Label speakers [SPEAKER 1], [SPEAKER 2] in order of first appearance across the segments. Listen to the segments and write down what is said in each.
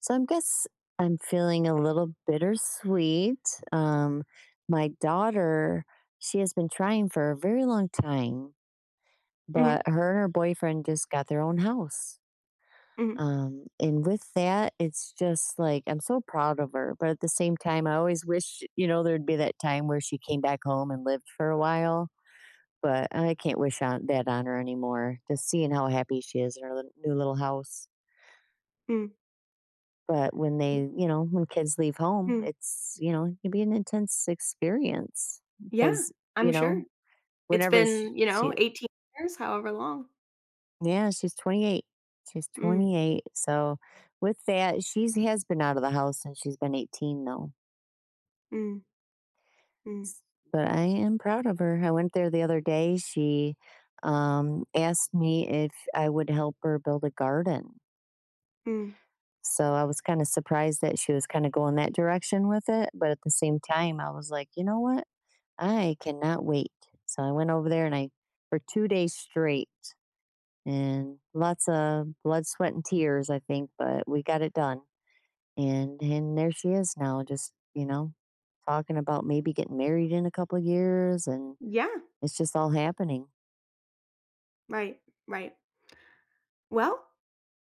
[SPEAKER 1] So I guess I'm feeling a little bittersweet. Um, my daughter, she has been trying for a very long time, but
[SPEAKER 2] Mhm,
[SPEAKER 1] her and her boyfriend just got their own house.
[SPEAKER 2] mhm,
[SPEAKER 1] And with that, it's just like I'm so proud of her. But at the same time, I always wish, there'd be that time where she came back home and lived for a while. But I can't wish on that on her anymore. Just seeing how happy she is in her new little house.
[SPEAKER 2] mm,
[SPEAKER 1] But when
[SPEAKER 2] mm,
[SPEAKER 1] they when kids leave home,
[SPEAKER 2] mm.
[SPEAKER 1] it's it can be an intense experience
[SPEAKER 2] Yeah,
[SPEAKER 1] because, you
[SPEAKER 2] I'm
[SPEAKER 1] know,
[SPEAKER 2] sure. It's
[SPEAKER 1] whenever she
[SPEAKER 2] been, you know,
[SPEAKER 1] she
[SPEAKER 2] 18 years, however long.
[SPEAKER 1] yeah, she's 28. She's
[SPEAKER 2] Mm,
[SPEAKER 1] 28, so with that, she has been out of the house since she's been 18, though.
[SPEAKER 2] mm, mm,
[SPEAKER 1] But I am proud of her. I went there the other day, she, asked me if I would help her build a garden.
[SPEAKER 2] mm.
[SPEAKER 1] So I was kinda surprised that she was kinda going that direction with it, but at the same time, I was like, "You know what? I cannot wait." So I went over there and I for 2 days straight and lots of blood, sweat, and tears, I think, but we got it done. And there she is now just talking about maybe getting married in a couple of years and
[SPEAKER 2] Yeah,
[SPEAKER 1] it's just all happening.
[SPEAKER 2] right, right. Well,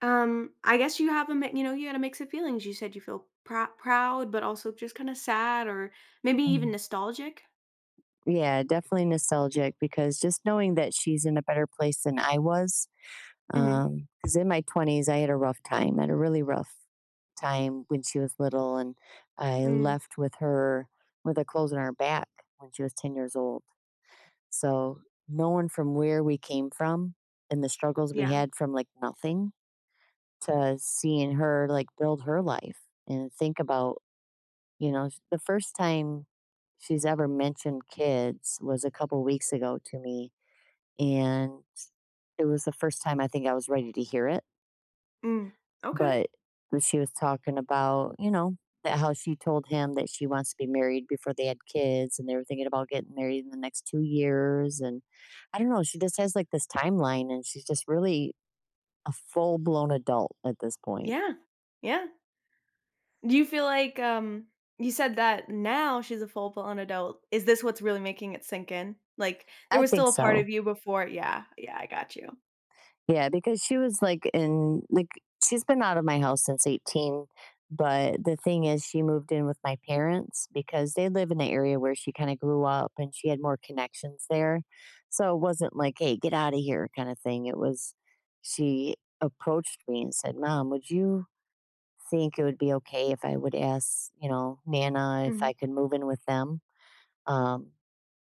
[SPEAKER 2] I guess you have a you had a mix of feelings. You said you feel proud, but also just kinda sad or maybe even
[SPEAKER 1] Mhm.
[SPEAKER 2] nostalgic?
[SPEAKER 1] Yeah, definitely nostalgic because just knowing that she's in a better place than I was.
[SPEAKER 2] Mhm,
[SPEAKER 1] Because in my 20s, I had a rough time, I had a really rough time when she was little, and I
[SPEAKER 2] mm,
[SPEAKER 1] left with her clothes on her back when she was 10 years old. So, knowing from where we came from and the struggles we
[SPEAKER 2] yeah,
[SPEAKER 1] had from like nothing to seeing her like build her life and think about, the first time she's ever mentioned kids was a couple weeks ago to me. And it was the first time I think I was ready to hear it.
[SPEAKER 2] mm, okay,
[SPEAKER 1] But she was talking about, that how she told him that she wants to be married before they had kids and they were thinking about getting married in the next 2 years. And I don't know, she just has like this timeline and she's just really a full blown adult at this point.
[SPEAKER 2] yeah, yeah. Do you feel like, you said that now she's a full-blown adult. Is this what's really making it sink in? Like, there
[SPEAKER 1] I
[SPEAKER 2] was
[SPEAKER 1] think
[SPEAKER 2] still a part
[SPEAKER 1] so.
[SPEAKER 2] of you before. Yeah, yeah, I got you.
[SPEAKER 1] Yeah, because she was like in like she's been out of my house since 18, but the thing is she moved in with my parents because they live in the area where she kind of grew up and she had more connections there. So it wasn't like, "Hey, get out of here" kind of thing. It was she approached me and said, "Mom, would you think it would be okay if I would ask, Nana if
[SPEAKER 2] Mhm,
[SPEAKER 1] I could move in with them?" Um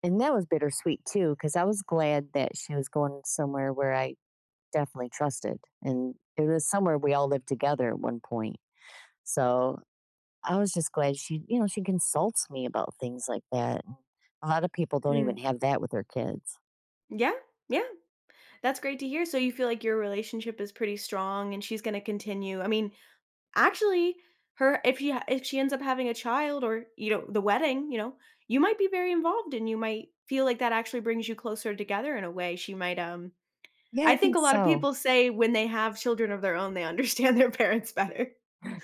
[SPEAKER 1] and that was bittersweet too because I was glad that she was going somewhere where I definitely trusted. And it was somewhere we all lived together at one point. So I was just glad she consults me about things like that. A lot of people don't even
[SPEAKER 2] mm.
[SPEAKER 1] have that with their kids.
[SPEAKER 2] Yeah, yeah, that's great to hear. So you feel like your relationship is pretty strong and she's gonna actually, her if she ha if she ends up having a child or, the wedding, you might be very involved and you might feel like that actually brings you closer together in a way. She might, um.
[SPEAKER 1] Yeah,
[SPEAKER 2] I
[SPEAKER 1] I
[SPEAKER 2] think
[SPEAKER 1] think
[SPEAKER 2] a lot of
[SPEAKER 1] so.
[SPEAKER 2] people say when they have children of their own, they understand their parents better.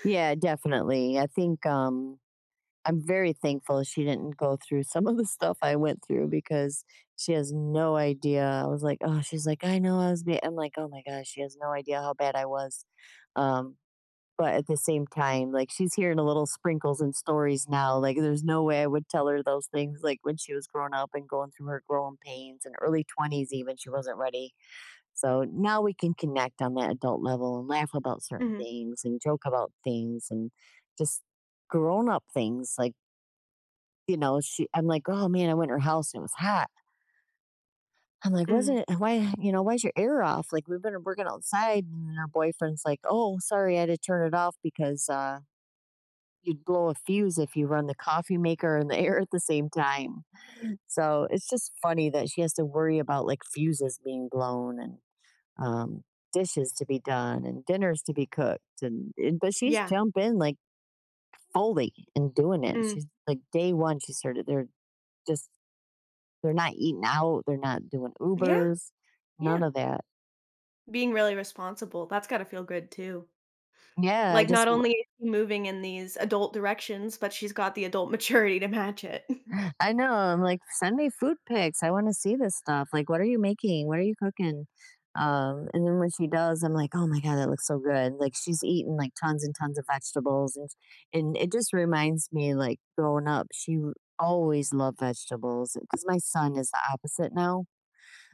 [SPEAKER 1] Yeah, definitely. I think I'm very thankful she didn't go through some of the stuff I went through because she has no idea. I was like, oh, she's like, I know I was. I'm like, oh my gosh, she has no idea how bad I was. Um, But at the same time, like, she's hearing a little sprinkles and stories now, like, there's no way I would tell her those things, like, when she was growing up and going through her growing pains and early 20s even, she wasn't ready. So, now we can connect on that adult level and laugh about certain
[SPEAKER 2] Mhm,
[SPEAKER 1] things and joke about things and just grown up things, like, you know, she I'm like, "Oh, man, I went to her house and it was hot." I'm like, "Wasn't
[SPEAKER 2] mhm,
[SPEAKER 1] it why's your air off? Like, we've been working outside," and then her boyfriend's like, "Oh, sorry, I had to turn it off because, you'd blow a fuse if you run the coffee maker and the air at the same time." So it's just funny that she has to worry about like fuses being blown and um, dishes to be done and dinners to be cooked. And but she's
[SPEAKER 2] yeah,
[SPEAKER 1] jumping like fully and doing it.
[SPEAKER 2] mm,
[SPEAKER 1] She's like day one. She started. Just they're not eating out. They're not doing
[SPEAKER 2] yeah,
[SPEAKER 1] Ubers.
[SPEAKER 2] yeah.
[SPEAKER 1] None of that.
[SPEAKER 2] Being really responsible, that's gotta feel good too.
[SPEAKER 1] Yeah, I
[SPEAKER 2] Like,
[SPEAKER 1] just
[SPEAKER 2] not only is she moving in these adult directions, but she's got the adult maturity to match it.
[SPEAKER 1] I know. I'm like, send me food pics. I want to see this stuff. Like, what are you making? What are you cooking? And then when she does, I'm like, oh my god, that looks so good. Like she's eating like tons and tons of vegetables, and it just reminds me like growing up, she always loved vegetables because my son is the opposite now.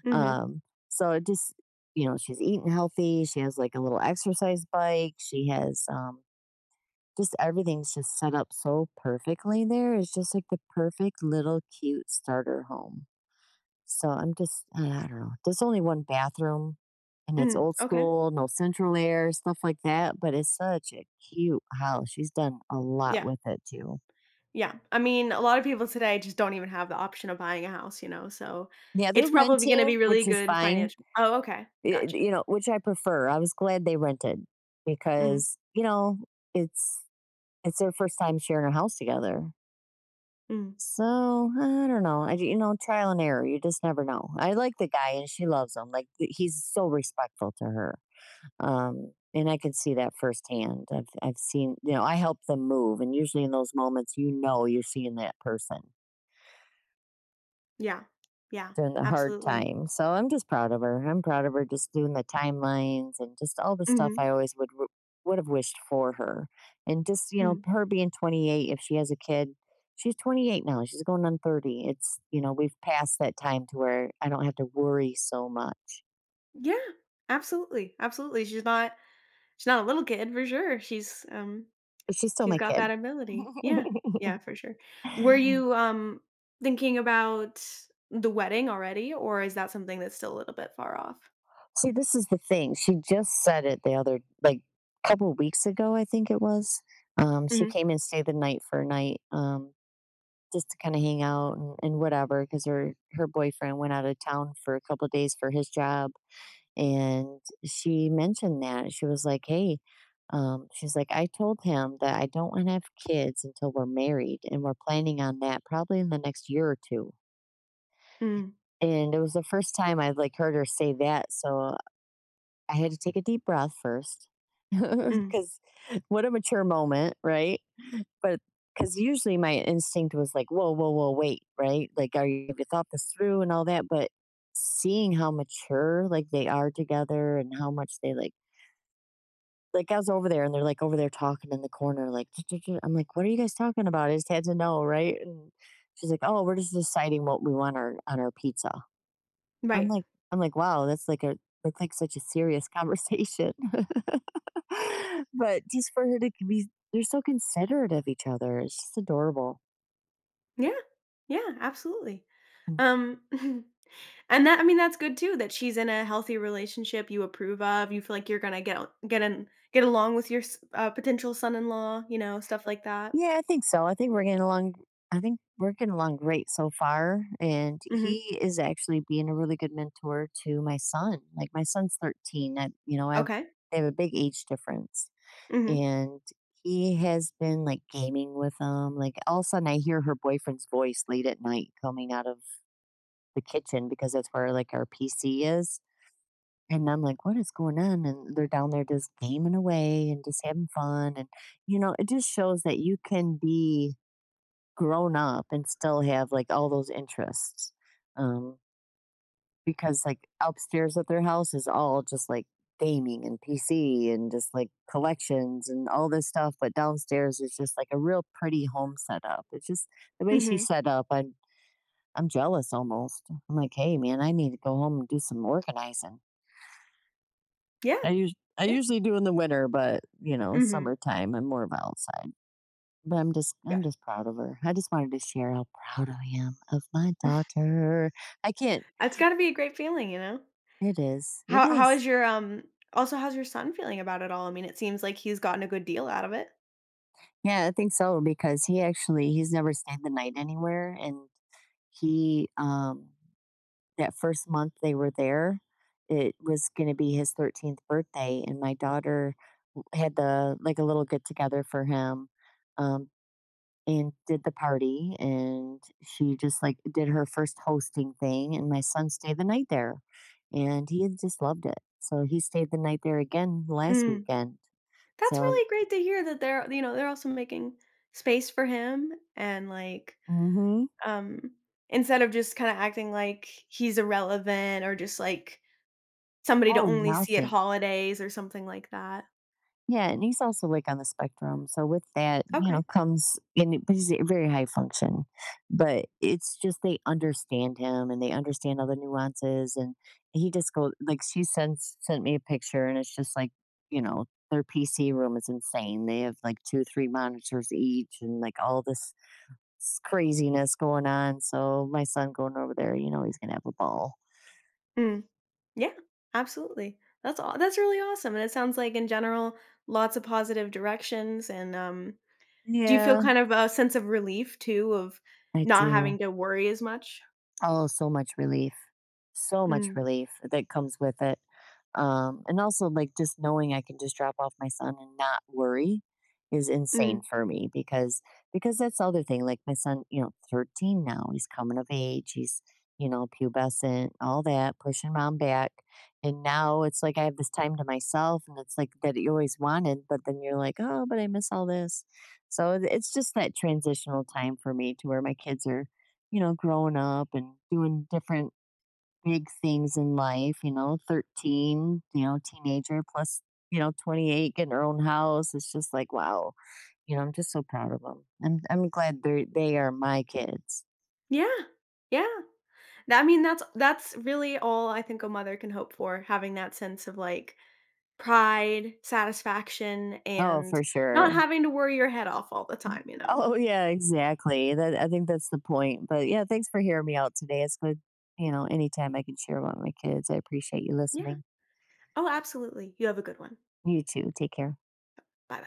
[SPEAKER 2] Mhm,
[SPEAKER 1] Um, so it just you know she's eating healthy. She has like a little exercise bike. She has just everything's just set up so perfectly there. It's just like the perfect little cute starter home. So I'm just, I don't know. There's only one bathroom and it's
[SPEAKER 2] mm,
[SPEAKER 1] old
[SPEAKER 2] okay,
[SPEAKER 1] school, no central air, stuff like that. But it's such a cute house. She's done a lot
[SPEAKER 2] yeah.
[SPEAKER 1] with it too.
[SPEAKER 2] Yeah. I mean, a lot of people today just don't even have the option of buying a house, so
[SPEAKER 1] Yeah, they're
[SPEAKER 2] it's probably gonna
[SPEAKER 1] renting,
[SPEAKER 2] be really
[SPEAKER 1] which is
[SPEAKER 2] good
[SPEAKER 1] fine,
[SPEAKER 2] financial. Oh, okay.
[SPEAKER 1] y-
[SPEAKER 2] Gotcha.
[SPEAKER 1] you know, which I prefer. I was glad they rented
[SPEAKER 2] Mhm.
[SPEAKER 1] because, it's, it's their first time sharing a house together.
[SPEAKER 2] Mhm.
[SPEAKER 1] So, I don't know. Trial and error. You just never know. I like the guy and she loves him. Like he's so respectful to her. And I can see that firsthand. I've seen, I help them move. And usually in those moments, you're seeing that person
[SPEAKER 2] Yeah. Yeah.
[SPEAKER 1] during the hard
[SPEAKER 2] Absolutely.
[SPEAKER 1] time. So I'm just proud of her. I'm proud of her just doing the timelines and just all the stuff
[SPEAKER 2] Mhm.
[SPEAKER 1] I always would have wished for her. And just,
[SPEAKER 2] Mhm.
[SPEAKER 1] her being 28 if she has a kid, she's 28 now. She's going on 30. We've passed that time to where I don't have to worry so much.
[SPEAKER 2] Yeah. Absolutely. Absolutely. She's not a little kid for sure.
[SPEAKER 1] But she's still
[SPEAKER 2] She's
[SPEAKER 1] my
[SPEAKER 2] got that
[SPEAKER 1] kid.
[SPEAKER 2] ability. Yeah. Yeah, for sure. Were you, thinking about the wedding already, or is that something that's still a little bit far off?
[SPEAKER 1] See, this is the thing. She just said it the other like couple weeks ago, I think it was. She
[SPEAKER 2] Mhm.
[SPEAKER 1] came and stayed the night for a night. Just to kind of hang out and whatever because her boyfriend went out of town for a couple of days for his job and she mentioned that she was like, hey, she's like, I told him that I don't want to have kids until we're married and we're planning on that probably in the next year or two.
[SPEAKER 2] Mhm.
[SPEAKER 1] And it was the first time I'd like heard her say that. So I had to take a deep breath first
[SPEAKER 2] Mhm.
[SPEAKER 1] because what a mature moment, right? But because usually my instinct was like, whoa, whoa, whoa, wait, right? Like, have you thought this through and all that? But seeing how mature like they are together and how much like I was over there and they're like over there talking in the corner, like, I'm like, what are you guys talking about? I just had to know, right? And she's like, oh, we're just deciding what we want on our pizza. I'm
[SPEAKER 2] Right.
[SPEAKER 1] like, wow, that's like that's like such a serious conversation. But just for her to be, they're so considerate of each other. It's just adorable.
[SPEAKER 2] Yeah. Yeah, absolutely.
[SPEAKER 1] Mm.
[SPEAKER 2] Um, and that's good too that she's in a healthy relationship you approve of. You feel like you're gonna get in, get along with your potential son-in-law. You know stuff like that.
[SPEAKER 1] Yeah, I think so. I think we're getting along. I think we're getting along great so far. And
[SPEAKER 2] Hmm.
[SPEAKER 1] he is actually being a really good mentor to my son. Like my son's 13. I, you know, I
[SPEAKER 2] Okay.
[SPEAKER 1] They have a big age difference.
[SPEAKER 2] Hmm.
[SPEAKER 1] And he has been like gaming with them. Like all of a sudden I hear her boyfriend's voice late at night coming out of the kitchen because that's where like our PC is. And I'm like, what is going on? And they're down there just gaming away and just having fun. And it just shows that you can be grown up and still have, like, all those interests, um, because, like, upstairs at their house is all just, like, gaming and PC and just, like, collections and all this stuff, but downstairs is just, like, a real pretty home setup. It's just the way she
[SPEAKER 2] Hmm.
[SPEAKER 1] set up, I'm jealous almost. I'm like, "Hey, man, I need to go home and do some organizing."
[SPEAKER 2] Yeah.
[SPEAKER 1] I us I
[SPEAKER 2] Yeah.
[SPEAKER 1] usually do in the winter, but,
[SPEAKER 2] Hmm.
[SPEAKER 1] summertime, I'm more of outside. But I'm just
[SPEAKER 2] Yeah.
[SPEAKER 1] I'm just proud of her. I just wanted to share how proud I am of my daughter. I can't
[SPEAKER 2] That's got to be a great feeling, you know.
[SPEAKER 1] it is. It
[SPEAKER 2] How
[SPEAKER 1] is.
[SPEAKER 2] is your um? Also, how's your son feeling about it all? I mean, it seems like he's gotten a good deal out of it.
[SPEAKER 1] Yeah, I think so because he's never stayed the night anywhere and he that first month they were there, it was going to be his 13th birthday and my daughter had the like a little get together for him. Um and did the party and she just like did her first hosting thing and my son stayed the night there and he had just loved it, so he stayed the night there again last
[SPEAKER 2] Mm,
[SPEAKER 1] weekend.
[SPEAKER 2] that's
[SPEAKER 1] So
[SPEAKER 2] really great to hear that they're also making space for him and, like,
[SPEAKER 1] mhm,
[SPEAKER 2] um, instead of just kinda acting like he's irrelevant or just, like, somebody to
[SPEAKER 1] oh,
[SPEAKER 2] only see at
[SPEAKER 1] nothing.
[SPEAKER 2] holidays or something like that.
[SPEAKER 1] Yeah, and he's also like on the spectrum. So with that,
[SPEAKER 2] Okay.
[SPEAKER 1] comes and but he's a very high function. But it's just they understand him and they understand all the nuances and he just goes like, she sent me a picture and it's just like, you know, their PC room is insane. They have like two, three monitors each and like all this craziness going on. So my son going over there, he's gonna have a ball.
[SPEAKER 2] Mm. Yeah, absolutely. That's all. That's really awesome, and it sounds like in general, lots of positive directions, and, do you feel
[SPEAKER 1] Yeah,
[SPEAKER 2] kind of a sense of relief too of
[SPEAKER 1] I
[SPEAKER 2] not having
[SPEAKER 1] do.
[SPEAKER 2] to worry as much?
[SPEAKER 1] Oh, so much relief. So much
[SPEAKER 2] Mm,
[SPEAKER 1] relief that comes with it. And also, like, just knowing I can just drop off my son and not worry is insane
[SPEAKER 2] mm.
[SPEAKER 1] for me because that's the other thing. Like my son, 13 now. He's coming of age. He's pubescent, all that, pushing mom back. And now it's like I have this time to myself and it's like that you always wanted, but then you're like, oh, but I miss all this. So it's just that transitional time for me to where my kids are, you know, growing up and doing different big things in life, 13, teenager plus, 28 getting her own house. It's just like, wow. I'm just so proud of them. I'm glad they are my kids.
[SPEAKER 2] Yeah, yeah. That's really all I think a mother can hope for, having that sense of, like, pride, satisfaction,
[SPEAKER 1] Oh,
[SPEAKER 2] and
[SPEAKER 1] for
[SPEAKER 2] not
[SPEAKER 1] sure.
[SPEAKER 2] having to worry your head off all the time, you know?
[SPEAKER 1] Oh, yeah, exactly. That I think that's the point. But yeah, thanks for hearing me out today. It's good, anytime I can share about my kids. I appreciate you
[SPEAKER 2] Yeah.
[SPEAKER 1] listening.
[SPEAKER 2] Oh, absolutely. You have a good one.
[SPEAKER 1] You too. Take care.
[SPEAKER 2] Bye-bye.